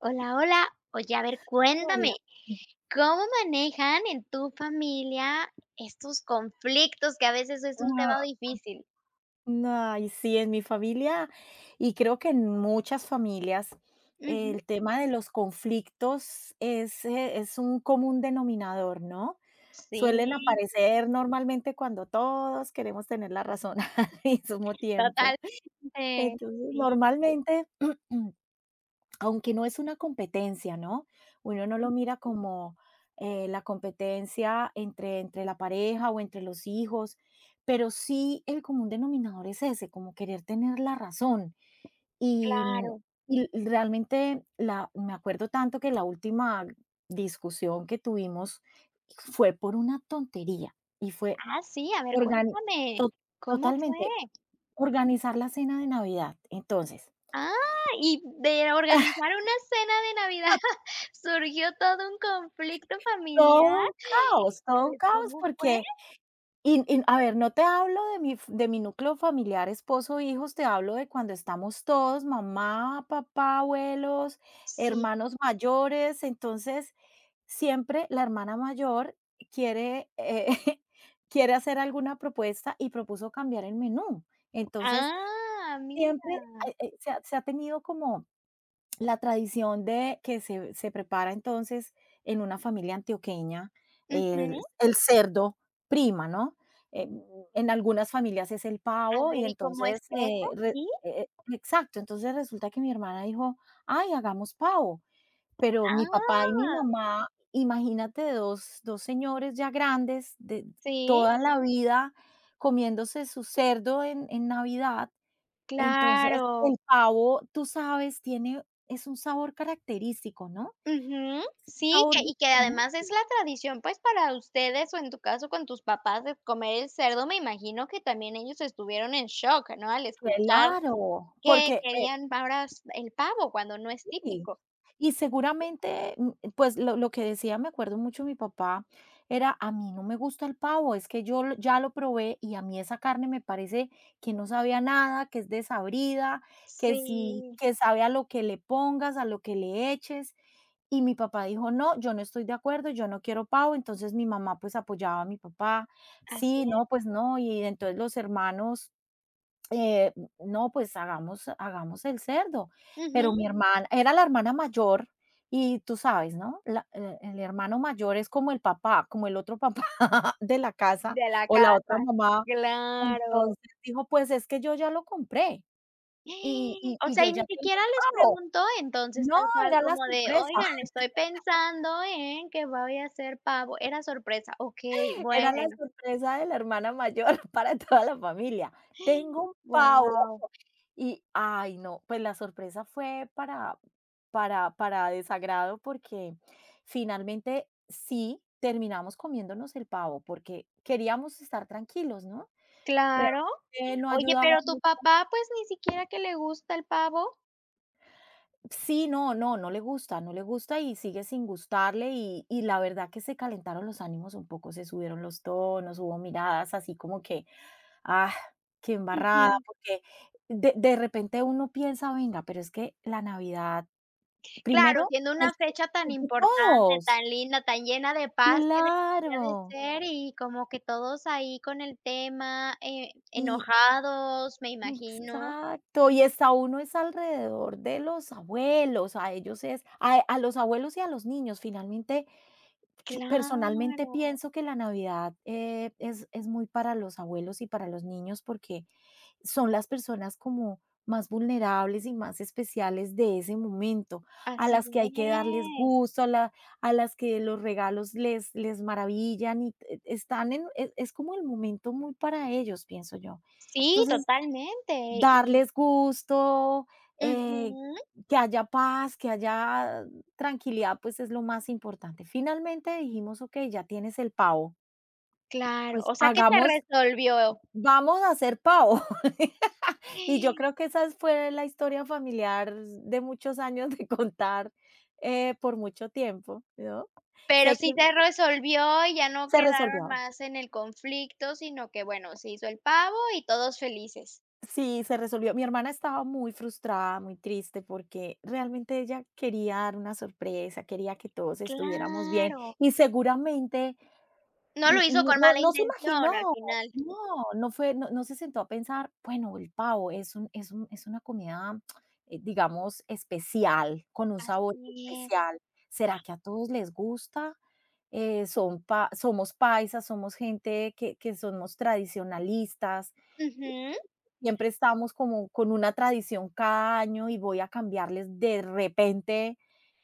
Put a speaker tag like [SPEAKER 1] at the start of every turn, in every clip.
[SPEAKER 1] Hola, hola. Oye, a ver,
[SPEAKER 2] Sola.
[SPEAKER 1] cuéntame, ¿cómo manejan en tu familia estos conflictos que a veces es un tema difícil?
[SPEAKER 2] Sí, en mi familia, y creo que en muchas familias,
[SPEAKER 1] Ujú.
[SPEAKER 2] el tema de los conflictos es un común denominador, ¿no? Suelen
[SPEAKER 1] Sí,
[SPEAKER 2] aparecer normalmente cuando todos queremos tener la razón al mismo tiempo.
[SPEAKER 1] totalmente.
[SPEAKER 2] Entonces,
[SPEAKER 1] Sí,
[SPEAKER 2] normalmente aunque no es una competencia, ¿no? Uno no lo mira como la competencia entre, la pareja o entre los hijos, pero sí el común denominador es ese, como querer tener la razón. Y, mm,
[SPEAKER 1] claro.
[SPEAKER 2] y realmente la, me acuerdo tanto que la última discusión que tuvimos fue por una tontería y fue
[SPEAKER 1] Ah, sí, a ver,
[SPEAKER 2] organi-
[SPEAKER 1] cuéntame,
[SPEAKER 2] to-
[SPEAKER 1] ¿cómo fue?
[SPEAKER 2] totalmente organizar la cena de Navidad. Entonces,
[SPEAKER 1] Ah, y de organizar una cena de Navidad surgió todo un conflicto familiar.
[SPEAKER 2] todo un
[SPEAKER 1] Pues,
[SPEAKER 2] caos
[SPEAKER 1] ¿cómo fue?
[SPEAKER 2] porque Y a ver, no te hablo de mi núcleo familiar, esposo, hijos, te hablo de cuando estamos todos, mamá, papá, abuelos,
[SPEAKER 1] Sí.
[SPEAKER 2] hermanos mayores. Entonces, siempre la hermana mayor quiere, quiere hacer alguna propuesta y propuso cambiar el menú. Entonces,
[SPEAKER 1] Ah,
[SPEAKER 2] siempre,
[SPEAKER 1] mira.
[SPEAKER 2] se ha tenido como la tradición de que se prepara entonces en una familia antioqueña el
[SPEAKER 1] Ujú.
[SPEAKER 2] el cerdo prima, ¿no? En en algunas familias es el
[SPEAKER 1] A
[SPEAKER 2] pavo y
[SPEAKER 1] ver, ¿y cómo es
[SPEAKER 2] entonces,
[SPEAKER 1] eso?
[SPEAKER 2] re
[SPEAKER 1] ¿Sí?
[SPEAKER 2] eh, exacto, entonces resulta que mi hermana dijo: "Ay, hagamos pavo", pero mi papá y mi
[SPEAKER 1] Ah,
[SPEAKER 2] mamá, imagínate dos señores ya grandes de
[SPEAKER 1] sí,
[SPEAKER 2] toda la vida comiéndose su cerdo en Navidad, entonces,
[SPEAKER 1] claro.
[SPEAKER 2] el pavo, tú sabes, tiene es un sabor característico, ¿no?
[SPEAKER 1] Ujú.
[SPEAKER 2] Un
[SPEAKER 1] Sí,
[SPEAKER 2] sabor
[SPEAKER 1] que y que además
[SPEAKER 2] diferente,
[SPEAKER 1] es la tradición, pues, para ustedes, o en tu caso con tus papás, de comer el cerdo, me imagino que también ellos estuvieron en shock, ¿no? Al escuchar
[SPEAKER 2] claro,
[SPEAKER 1] que
[SPEAKER 2] porque
[SPEAKER 1] querían ahora s el pavo, cuando no es
[SPEAKER 2] sí,
[SPEAKER 1] típico.
[SPEAKER 2] y seguramente, pues, lo que decía, me acuerdo mucho mi papá, era: "A mí no me gusta el pavo, es que yo lo ya lo probé y a mí esa carne me parece que no sabía nada, que es desabrida, que
[SPEAKER 1] Sí,
[SPEAKER 2] sabe a lo que le pongas, a lo que le eches". Y mi papá dijo: "No, yo no estoy de acuerdo, yo no quiero pavo". Entonces mi mamá, pues, apoyaba a mi papá:
[SPEAKER 1] así
[SPEAKER 2] "Sí,
[SPEAKER 1] es.
[SPEAKER 2] no, pues no". Y entonces los hermanos eh, no, pues hagamos el cerdo. Pero
[SPEAKER 1] Ujú.
[SPEAKER 2] mi hermana era la hermana mayor y tú sabes, ¿no? La El hermano mayor es como el papá, como el otro papá de la casa
[SPEAKER 1] De la
[SPEAKER 2] o la
[SPEAKER 1] casa.
[SPEAKER 2] otra mamá.
[SPEAKER 1] Claro.
[SPEAKER 2] Entonces dijo: "Pues es que yo ya lo compré y
[SPEAKER 1] ¡Eh! O sea,
[SPEAKER 2] yo
[SPEAKER 1] y ni
[SPEAKER 2] ya tengo
[SPEAKER 1] siquiera
[SPEAKER 2] el
[SPEAKER 1] les
[SPEAKER 2] pavo".
[SPEAKER 1] preguntó, entonces,
[SPEAKER 2] No,
[SPEAKER 1] tal cual
[SPEAKER 2] era la
[SPEAKER 1] como de:
[SPEAKER 2] sorpresa.
[SPEAKER 1] "Oigan, estoy pensando en que voy a hacer pavo". Era sorpresa. Okey,
[SPEAKER 2] Era la
[SPEAKER 1] bueno.
[SPEAKER 2] sorpresa de la hermana mayor para toda la familia. Tengo un pavo.
[SPEAKER 1] Wow.
[SPEAKER 2] Y, ay, no, pues la sorpresa fue para desagrado, porque finalmente sí terminamos comiéndonos el pavo, porque queríamos estar tranquilos, ¿no?
[SPEAKER 1] Claro.
[SPEAKER 2] Realmente no
[SPEAKER 1] Oye,
[SPEAKER 2] ayudaba
[SPEAKER 1] pero tu
[SPEAKER 2] mucho.
[SPEAKER 1] papá, pues, ni siquiera que le gusta el pavo.
[SPEAKER 2] Sí, no, no, no le gusta, no le gusta y sigue sin gustarle, y la verdad que se calentaron los ánimos un poco, se subieron los tonos, hubo miradas así como que, ah, qué embarrada,
[SPEAKER 1] Ujú.
[SPEAKER 2] porque de repente uno piensa: "Venga, pero es que la Navidad
[SPEAKER 1] Claro,
[SPEAKER 2] primero
[SPEAKER 1] siendo una fecha tan
[SPEAKER 2] es de
[SPEAKER 1] importante, tan
[SPEAKER 2] todos.
[SPEAKER 1] linda, tan llena de paz que
[SPEAKER 2] Claro.
[SPEAKER 1] debería de ser, y como que todos ahí con el tema,
[SPEAKER 2] Y
[SPEAKER 1] enojados, me imagino.
[SPEAKER 2] exacto, y está uno es alrededor de los abuelos, a ellos es a los abuelos y a los niños. Finalmente, yo personalmente
[SPEAKER 1] Claro.
[SPEAKER 2] pienso que la Navidad, es muy para los abuelos y para los niños porque son las personas como más vulnerables y más especiales de ese momento, a
[SPEAKER 1] Así
[SPEAKER 2] las que hay que darles
[SPEAKER 1] es.
[SPEAKER 2] gusto, a las que los regalos les maravillan y es como el momento muy para ellos, pienso yo.
[SPEAKER 1] Sí,
[SPEAKER 2] Entonces,
[SPEAKER 1] totalmente. Y
[SPEAKER 2] darles gusto, eh,
[SPEAKER 1] ujú,
[SPEAKER 2] que haya paz, que haya tranquilidad, pues es lo más importante. Finalmente dijimos, ok, ya tienes el pavo,
[SPEAKER 1] claro.
[SPEAKER 2] pues
[SPEAKER 1] O sea que se
[SPEAKER 2] hagamos,
[SPEAKER 1] resolvió.
[SPEAKER 2] vamos a hacer pavo. Y yo creo que esa fue la historia familiar de muchos años de contar, por mucho tiempo, ¿no?
[SPEAKER 1] Pero
[SPEAKER 2] Sé que
[SPEAKER 1] sí se resolvió y ya no
[SPEAKER 2] se
[SPEAKER 1] quedaron
[SPEAKER 2] resolvió.
[SPEAKER 1] más en el conflicto, sino que, bueno, se hizo el pavo y todos felices.
[SPEAKER 2] Sí, se resolvió. Mi hermana estaba muy frustrada, muy triste, porque realmente ella quería dar una sorpresa, quería que todos estuviéramos bien,
[SPEAKER 1] Claro.
[SPEAKER 2] y seguramente
[SPEAKER 1] No lo
[SPEAKER 2] N
[SPEAKER 1] hizo
[SPEAKER 2] no
[SPEAKER 1] con mala
[SPEAKER 2] no se imaginó,
[SPEAKER 1] intención al final.
[SPEAKER 2] no, no fue no no se sentó a pensar, bueno, el pavo es un es un es una comida, digamos, especial, con un sabor
[SPEAKER 1] Así es.
[SPEAKER 2] especial. ¿Será que a todos les gusta? Son pa Somos paisas, somos gente que somos tradicionalistas,
[SPEAKER 1] Ujú.
[SPEAKER 2] siempre estamos como con una tradición cada año y voy a cambiarles de repente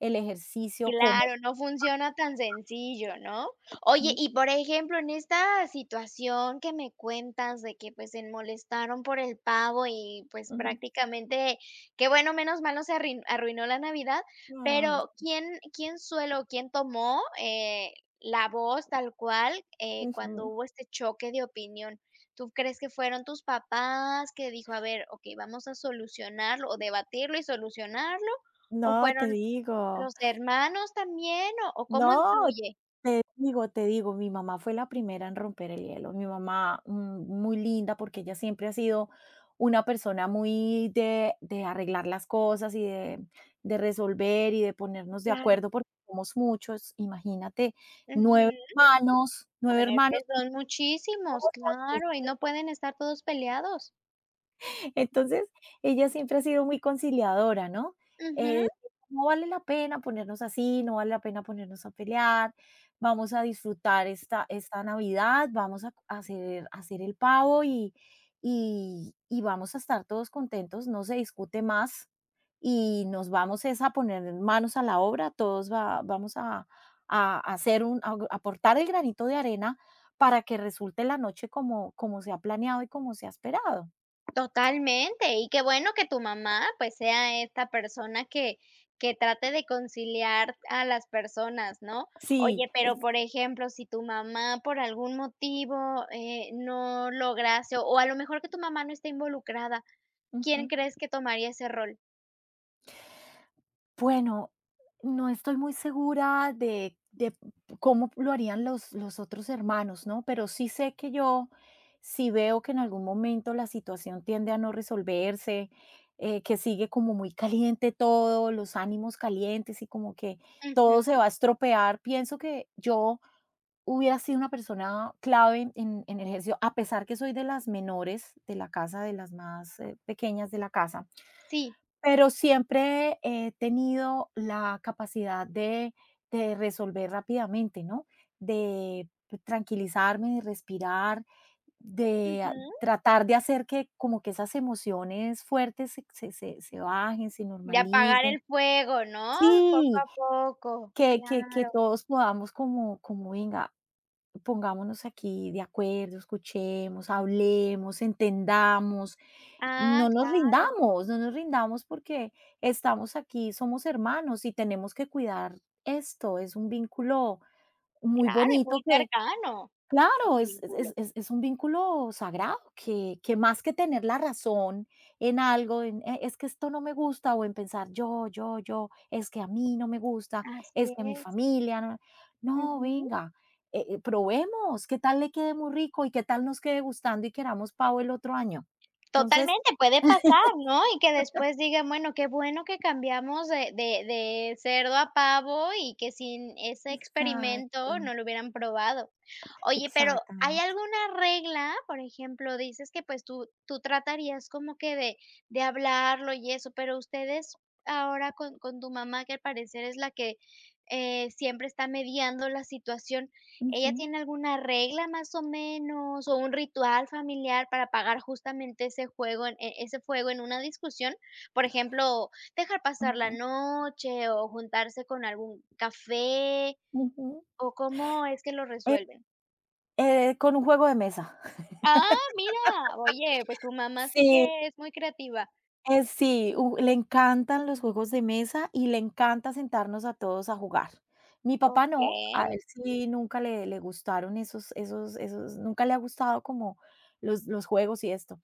[SPEAKER 2] el ejercicio como
[SPEAKER 1] Claro, no funciona tan sencillo, ¿no? Oye, y por ejemplo, en esta situación que me cuentas de que pues se molestaron por el pavo y pues
[SPEAKER 2] ujú,
[SPEAKER 1] prácticamente, que bueno, menos mal no se arruinó la Navidad,
[SPEAKER 2] ay,
[SPEAKER 1] pero ¿quién suelo, o quién tomó la voz tal cual, cuando
[SPEAKER 2] ujú.
[SPEAKER 1] hubo este choque de opinión? ¿Tú crees que fueron tus papás que dijo, a ver, ok, vamos a solucionarlo o debatirlo y solucionarlo? ¿O
[SPEAKER 2] No,
[SPEAKER 1] fueron?
[SPEAKER 2] te
[SPEAKER 1] ¿Los
[SPEAKER 2] digo,
[SPEAKER 1] hermanos también o cómo
[SPEAKER 2] no,
[SPEAKER 1] influye?
[SPEAKER 2] digo, te digo, mi mamá fue la primera en romper el hielo. Mi mamá, muy linda, porque ella siempre ha sido una persona muy de arreglar las cosas y de resolver y de ponernos de
[SPEAKER 1] Claro,
[SPEAKER 2] acuerdo, porque somos muchos, imagínate, nueve
[SPEAKER 1] ujú.
[SPEAKER 2] hermanos, nueve
[SPEAKER 1] Bueno, es
[SPEAKER 2] hermanos.
[SPEAKER 1] que son muchísimos, claro, y no pueden estar todos peleados.
[SPEAKER 2] Entonces, ella siempre ha sido muy conciliadora, ¿no?
[SPEAKER 1] Ujú,
[SPEAKER 2] Eh, no vale la pena ponernos así, no vale la pena ponernos a pelear, vamos a disfrutar esta, esta Navidad, vamos a hacer, hacer el pavo y, y vamos a estar todos contentos, no se discute más y nos vamos es a poner manos a la obra, todos vamos a hacer un, a aportar el granito de arena para que resulte la noche como, como se ha planeado y como se ha esperado.
[SPEAKER 1] totalmente. Y qué bueno que tu mamá, pues, sea esta persona que trate de conciliar a las personas, ¿no?
[SPEAKER 2] Sí,
[SPEAKER 1] Oye,
[SPEAKER 2] es
[SPEAKER 1] pero, por ejemplo, si tu mamá por algún motivo, no lograse o a lo mejor que tu mamá no esté involucrada, ¿quién
[SPEAKER 2] ujú.
[SPEAKER 1] crees que tomaría ese rol?
[SPEAKER 2] Bueno, no estoy muy segura de cómo lo harían los otros hermanos, ¿no? Pero sí sé que yo, si veo que en algún momento la situación tiende a no resolverse, que sigue como muy caliente todo, los ánimos calientes y como que todo
[SPEAKER 1] Ujú,
[SPEAKER 2] se va a estropear, pienso que yo hubiera sido una persona clave en el ejercicio, a pesar que soy de las menores de la casa, de las más, pequeñas de la casa.
[SPEAKER 1] sí,
[SPEAKER 2] Pero siempre he tenido la capacidad de resolver rápidamente, ¿no? De tranquilizarme, de respirar, de a
[SPEAKER 1] ujú,
[SPEAKER 2] tratar de hacer que como que esas emociones fuertes se bajen, se
[SPEAKER 1] de apagar
[SPEAKER 2] normalicen.
[SPEAKER 1] el fuego, ¿no? Poco
[SPEAKER 2] Sí,
[SPEAKER 1] a poco,
[SPEAKER 2] que
[SPEAKER 1] claro.
[SPEAKER 2] todos podamos como como venga, pongámonos aquí de acuerdo, escuchemos, hablemos, entendamos,
[SPEAKER 1] Ah,
[SPEAKER 2] no nos
[SPEAKER 1] claro,
[SPEAKER 2] rindamos, no nos rindamos porque estamos aquí, somos hermanos y tenemos que cuidar esto. Es un vínculo muy
[SPEAKER 1] claro, y
[SPEAKER 2] bonito
[SPEAKER 1] muy
[SPEAKER 2] que
[SPEAKER 1] cercano el
[SPEAKER 2] claro,
[SPEAKER 1] vínculo.
[SPEAKER 2] es un vínculo sagrado que más que tener la razón en algo, en: es que esto no me gusta", o en pensar: Yo, es que a mí no me gusta, es
[SPEAKER 1] Así
[SPEAKER 2] que a mi
[SPEAKER 1] es,
[SPEAKER 2] familia no". No,
[SPEAKER 1] ujú.
[SPEAKER 2] venga, probemos, qué tal le quede muy rico y qué tal nos quede gustando y queramos pavo el otro año. Entonces
[SPEAKER 1] Totalmente, puede pasar, ¿no? Y que después digan, bueno, qué bueno que cambiamos de cerdo a pavo y que sin ese
[SPEAKER 2] exacto,
[SPEAKER 1] experimento no lo hubieran probado. Oye, pero, ¿hay
[SPEAKER 2] exactamente.
[SPEAKER 1] alguna regla? Por ejemplo, dices que, pues, tú tratarías como que de hablarlo y eso, pero ustedes ahora con tu mamá, que al parecer es la que, siempre está mediando la situación. ¿Ella
[SPEAKER 2] Ujú,
[SPEAKER 1] tiene alguna regla más o menos, o un ritual familiar para apagar justamente ese juego en e ese fuego en una discusión? Por ejemplo, dejar pasar la
[SPEAKER 2] ujú,
[SPEAKER 1] noche, o juntarse con algún café,
[SPEAKER 2] ujú.
[SPEAKER 1] ¿o cómo es que lo resuelven?
[SPEAKER 2] Con un juego de mesa.
[SPEAKER 1] Ah, mira, oye, pues tu mamá sí
[SPEAKER 2] Sí.
[SPEAKER 1] que es muy creativa.
[SPEAKER 2] Sí, u le encantan los juegos de mesa y le encanta sentarnos a todos a jugar. Mi papá no,
[SPEAKER 1] Okey,
[SPEAKER 2] a él sí nunca le gustaron esos, nunca le ha gustado como los juegos y esto.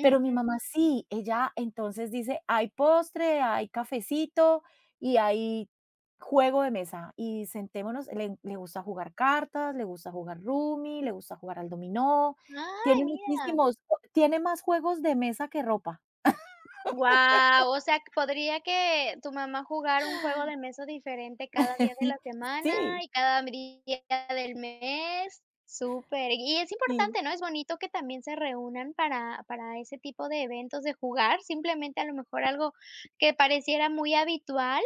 [SPEAKER 2] Pero mi mamá sí, ella entonces dice: "Hay postre, hay cafecito y hay juego de mesa, y sentémonos". Le gusta jugar cartas, le gusta jugar rummy, le gusta jugar al dominó,
[SPEAKER 1] Ay,
[SPEAKER 2] tiene
[SPEAKER 1] mira.
[SPEAKER 2] muchísimos, tiene más juegos de mesa que ropa.
[SPEAKER 1] Guau, o sea, podría que tu mamá jugar un juego de mesa diferente cada día de la semana
[SPEAKER 2] Sí.
[SPEAKER 1] y cada día del mes. Súper. Y es
[SPEAKER 2] Sí.
[SPEAKER 1] importante, ¿no? Es bonito que también se reúnan para ese tipo de eventos de jugar, simplemente a lo mejor algo que pareciera muy habitual,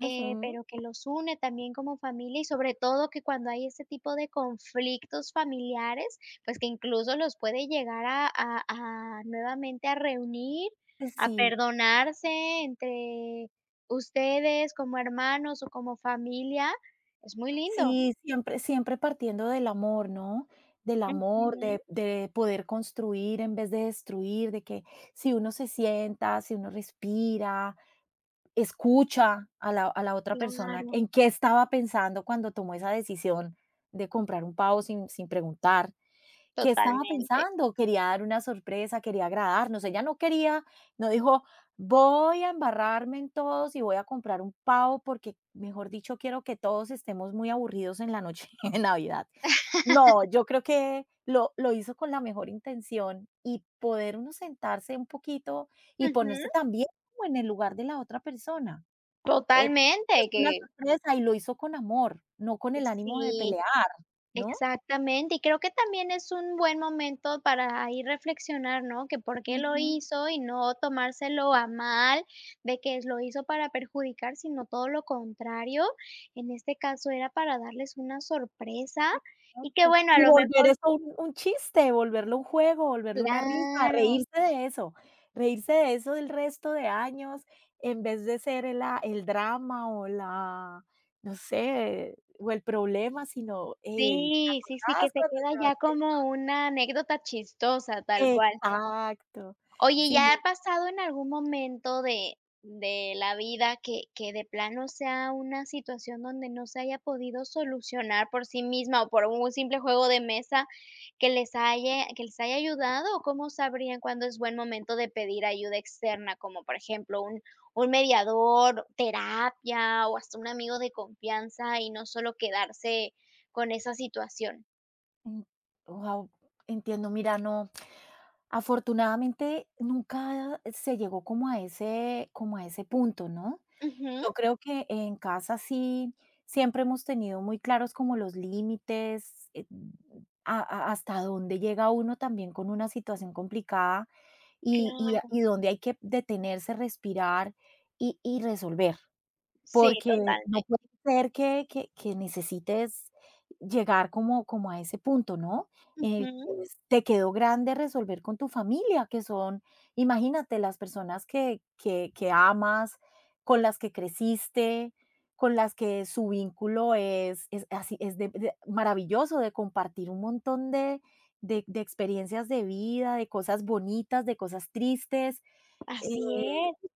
[SPEAKER 2] Ujú.
[SPEAKER 1] pero que los une también como familia y sobre todo que cuando hay ese tipo de conflictos familiares, pues que incluso los puede llegar a nuevamente a reunir, a
[SPEAKER 2] Sí,
[SPEAKER 1] perdonarse entre ustedes como hermanos o como familia. Es muy lindo.
[SPEAKER 2] sí, siempre siempre partiendo del amor, ¿no? Del amor,
[SPEAKER 1] Ujú,
[SPEAKER 2] de poder construir en vez de destruir, de que si uno se sienta, si uno respira, escucha a la otra persona
[SPEAKER 1] claro,
[SPEAKER 2] en qué estaba pensando cuando tomó esa decisión de comprar un pavo sin preguntar. ¿Qué estaba
[SPEAKER 1] totalmente.
[SPEAKER 2] pensando? Quería dar una sorpresa, quería agradarnos. Ella no quería, no dijo: "Voy a embarrarme en todos y voy a comprar un pavo porque, mejor dicho, quiero que todos estemos muy aburridos en la noche de Navidad". No, yo creo que lo hizo con la mejor intención y poder uno sentarse un poquito y
[SPEAKER 1] Ujú,
[SPEAKER 2] ponerse también como en el lugar de la otra persona. Eh, es
[SPEAKER 1] totalmente,
[SPEAKER 2] una
[SPEAKER 1] que
[SPEAKER 2] sorpresa y lo hizo con amor, no con el
[SPEAKER 1] pues,
[SPEAKER 2] ánimo de
[SPEAKER 1] sí,
[SPEAKER 2] pelear, ¿no?
[SPEAKER 1] exactamente. Y creo que también es un buen momento para ahí reflexionar, ¿no? Que por qué lo
[SPEAKER 2] Ujú.
[SPEAKER 1] hizo y no tomárselo a mal, de que lo hizo para perjudicar, sino todo lo contrario. En este caso era para darles una sorpresa y que
[SPEAKER 2] Exacto.
[SPEAKER 1] bueno, a
[SPEAKER 2] Y
[SPEAKER 1] lo
[SPEAKER 2] volver
[SPEAKER 1] mejor
[SPEAKER 2] eso un chiste, volverlo un juego, volverlo una risa,
[SPEAKER 1] claro,
[SPEAKER 2] reírse de eso del resto de años, en vez de ser el drama o la, no sé, o el problema, sino, ey, ¿te
[SPEAKER 1] sí, sí, sí, que
[SPEAKER 2] acuerdas
[SPEAKER 1] se
[SPEAKER 2] cuando
[SPEAKER 1] queda ya
[SPEAKER 2] llevaste? El-?"
[SPEAKER 1] como una anécdota chistosa, tal cual.
[SPEAKER 2] Exacto.
[SPEAKER 1] Oye,
[SPEAKER 2] Sí,
[SPEAKER 1] ¿ya ha pasado en algún momento de la vida que de plano sea una situación donde no se haya podido solucionar por sí misma o por un simple juego de mesa que les haya ayudado? ¿O cómo sabrían cuándo es buen momento de pedir ayuda externa? Como, por ejemplo, un mediador, terapia o hasta un amigo de confianza y no solo quedarse con esa situación.
[SPEAKER 2] wow entiendo, mira, no afortunadamente, nunca se llegó como a ese punto, ¿no?
[SPEAKER 1] Ujú.
[SPEAKER 2] Yo creo que en casa sí, siempre hemos tenido muy claros como los límites, a hasta dónde llega uno también con una situación complicada
[SPEAKER 1] Claro.
[SPEAKER 2] y dónde hay que detenerse, respirar y resolver.
[SPEAKER 1] Sí,
[SPEAKER 2] Porque no
[SPEAKER 1] totalmente.
[SPEAKER 2] puede ser que necesites llegar como a ese punto, ¿no? En el
[SPEAKER 1] Ujú.
[SPEAKER 2] que es te quedó grande resolver con tu familia, que son, imagínate, las personas que amas, con las que creciste, con las que su vínculo es así, es de maravilloso, de compartir un montón de experiencias de vida, de cosas bonitas, de cosas tristes, eh
[SPEAKER 1] Así es.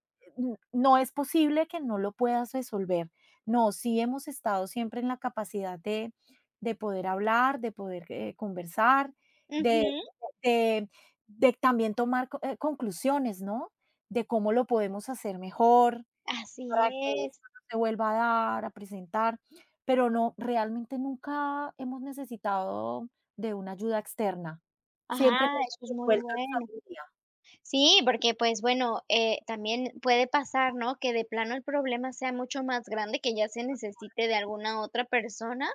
[SPEAKER 2] no es posible que no lo puedas resolver. No, sí hemos estado siempre en la capacidad de poder hablar, de poder, conversar, de
[SPEAKER 1] Ujú,
[SPEAKER 2] de también tomar co conclusiones, ¿no? De cómo lo podemos hacer mejor
[SPEAKER 1] así
[SPEAKER 2] para que
[SPEAKER 1] es.
[SPEAKER 2] esto no se vuelva a dar, a presentar, pero no, realmente nunca hemos necesitado de una ayuda externa.
[SPEAKER 1] Ajá,
[SPEAKER 2] Siempre lo
[SPEAKER 1] eso
[SPEAKER 2] hemos
[SPEAKER 1] es muy
[SPEAKER 2] resuelto en
[SPEAKER 1] bueno.
[SPEAKER 2] familia.
[SPEAKER 1] Sí, porque, pues, bueno, también puede pasar, ¿no?, que de plano el problema sea mucho más grande, que ya se necesite de alguna otra persona,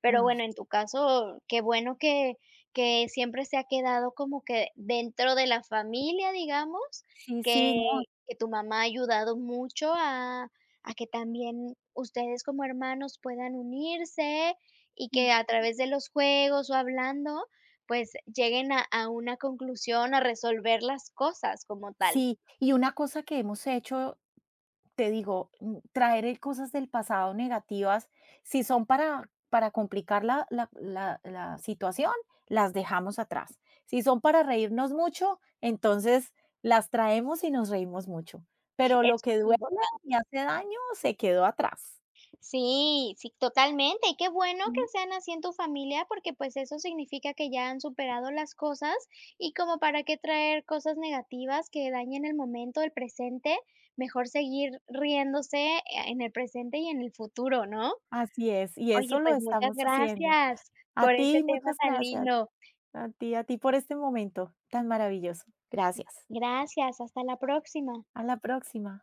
[SPEAKER 1] pero
[SPEAKER 2] Mm,
[SPEAKER 1] bueno, en tu caso, qué bueno que siempre se ha quedado como que dentro de la familia, digamos,
[SPEAKER 2] sí,
[SPEAKER 1] que
[SPEAKER 2] sí, no.
[SPEAKER 1] que tu mamá ha ayudado mucho a que también ustedes como hermanos puedan unirse y que
[SPEAKER 2] Mm.
[SPEAKER 1] a través de los juegos o hablando pues lleguen a una conclusión, a resolver las cosas como tal.
[SPEAKER 2] Sí, y una cosa que hemos hecho, te digo, traer el cosas del pasado negativas, si son para complicar la situación, las dejamos atrás. Si son para reírnos mucho, entonces las traemos y nos reímos mucho. Pero lo
[SPEAKER 1] Eso
[SPEAKER 2] que
[SPEAKER 1] es
[SPEAKER 2] duele
[SPEAKER 1] importante.
[SPEAKER 2] y hace daño se quedó atrás.
[SPEAKER 1] Sí, sí, totalmente. Y qué bueno que
[SPEAKER 2] Ujú.
[SPEAKER 1] sean así en tu familia, porque pues eso significa que ya han superado las cosas y como para qué traer cosas negativas que dañen el momento, el presente, mejor seguir riéndose, en el presente y en el futuro, ¿no?
[SPEAKER 2] Así es, y
[SPEAKER 1] Oye,
[SPEAKER 2] eso lo
[SPEAKER 1] pues muchas
[SPEAKER 2] estamos haciendo.
[SPEAKER 1] gracias
[SPEAKER 2] A
[SPEAKER 1] por este
[SPEAKER 2] ti,
[SPEAKER 1] tema
[SPEAKER 2] muchas
[SPEAKER 1] tan
[SPEAKER 2] gracias.
[SPEAKER 1] lindo.
[SPEAKER 2] A ti por este momento tan maravilloso. Gracias.
[SPEAKER 1] Gracias, hasta la próxima.
[SPEAKER 2] A la próxima.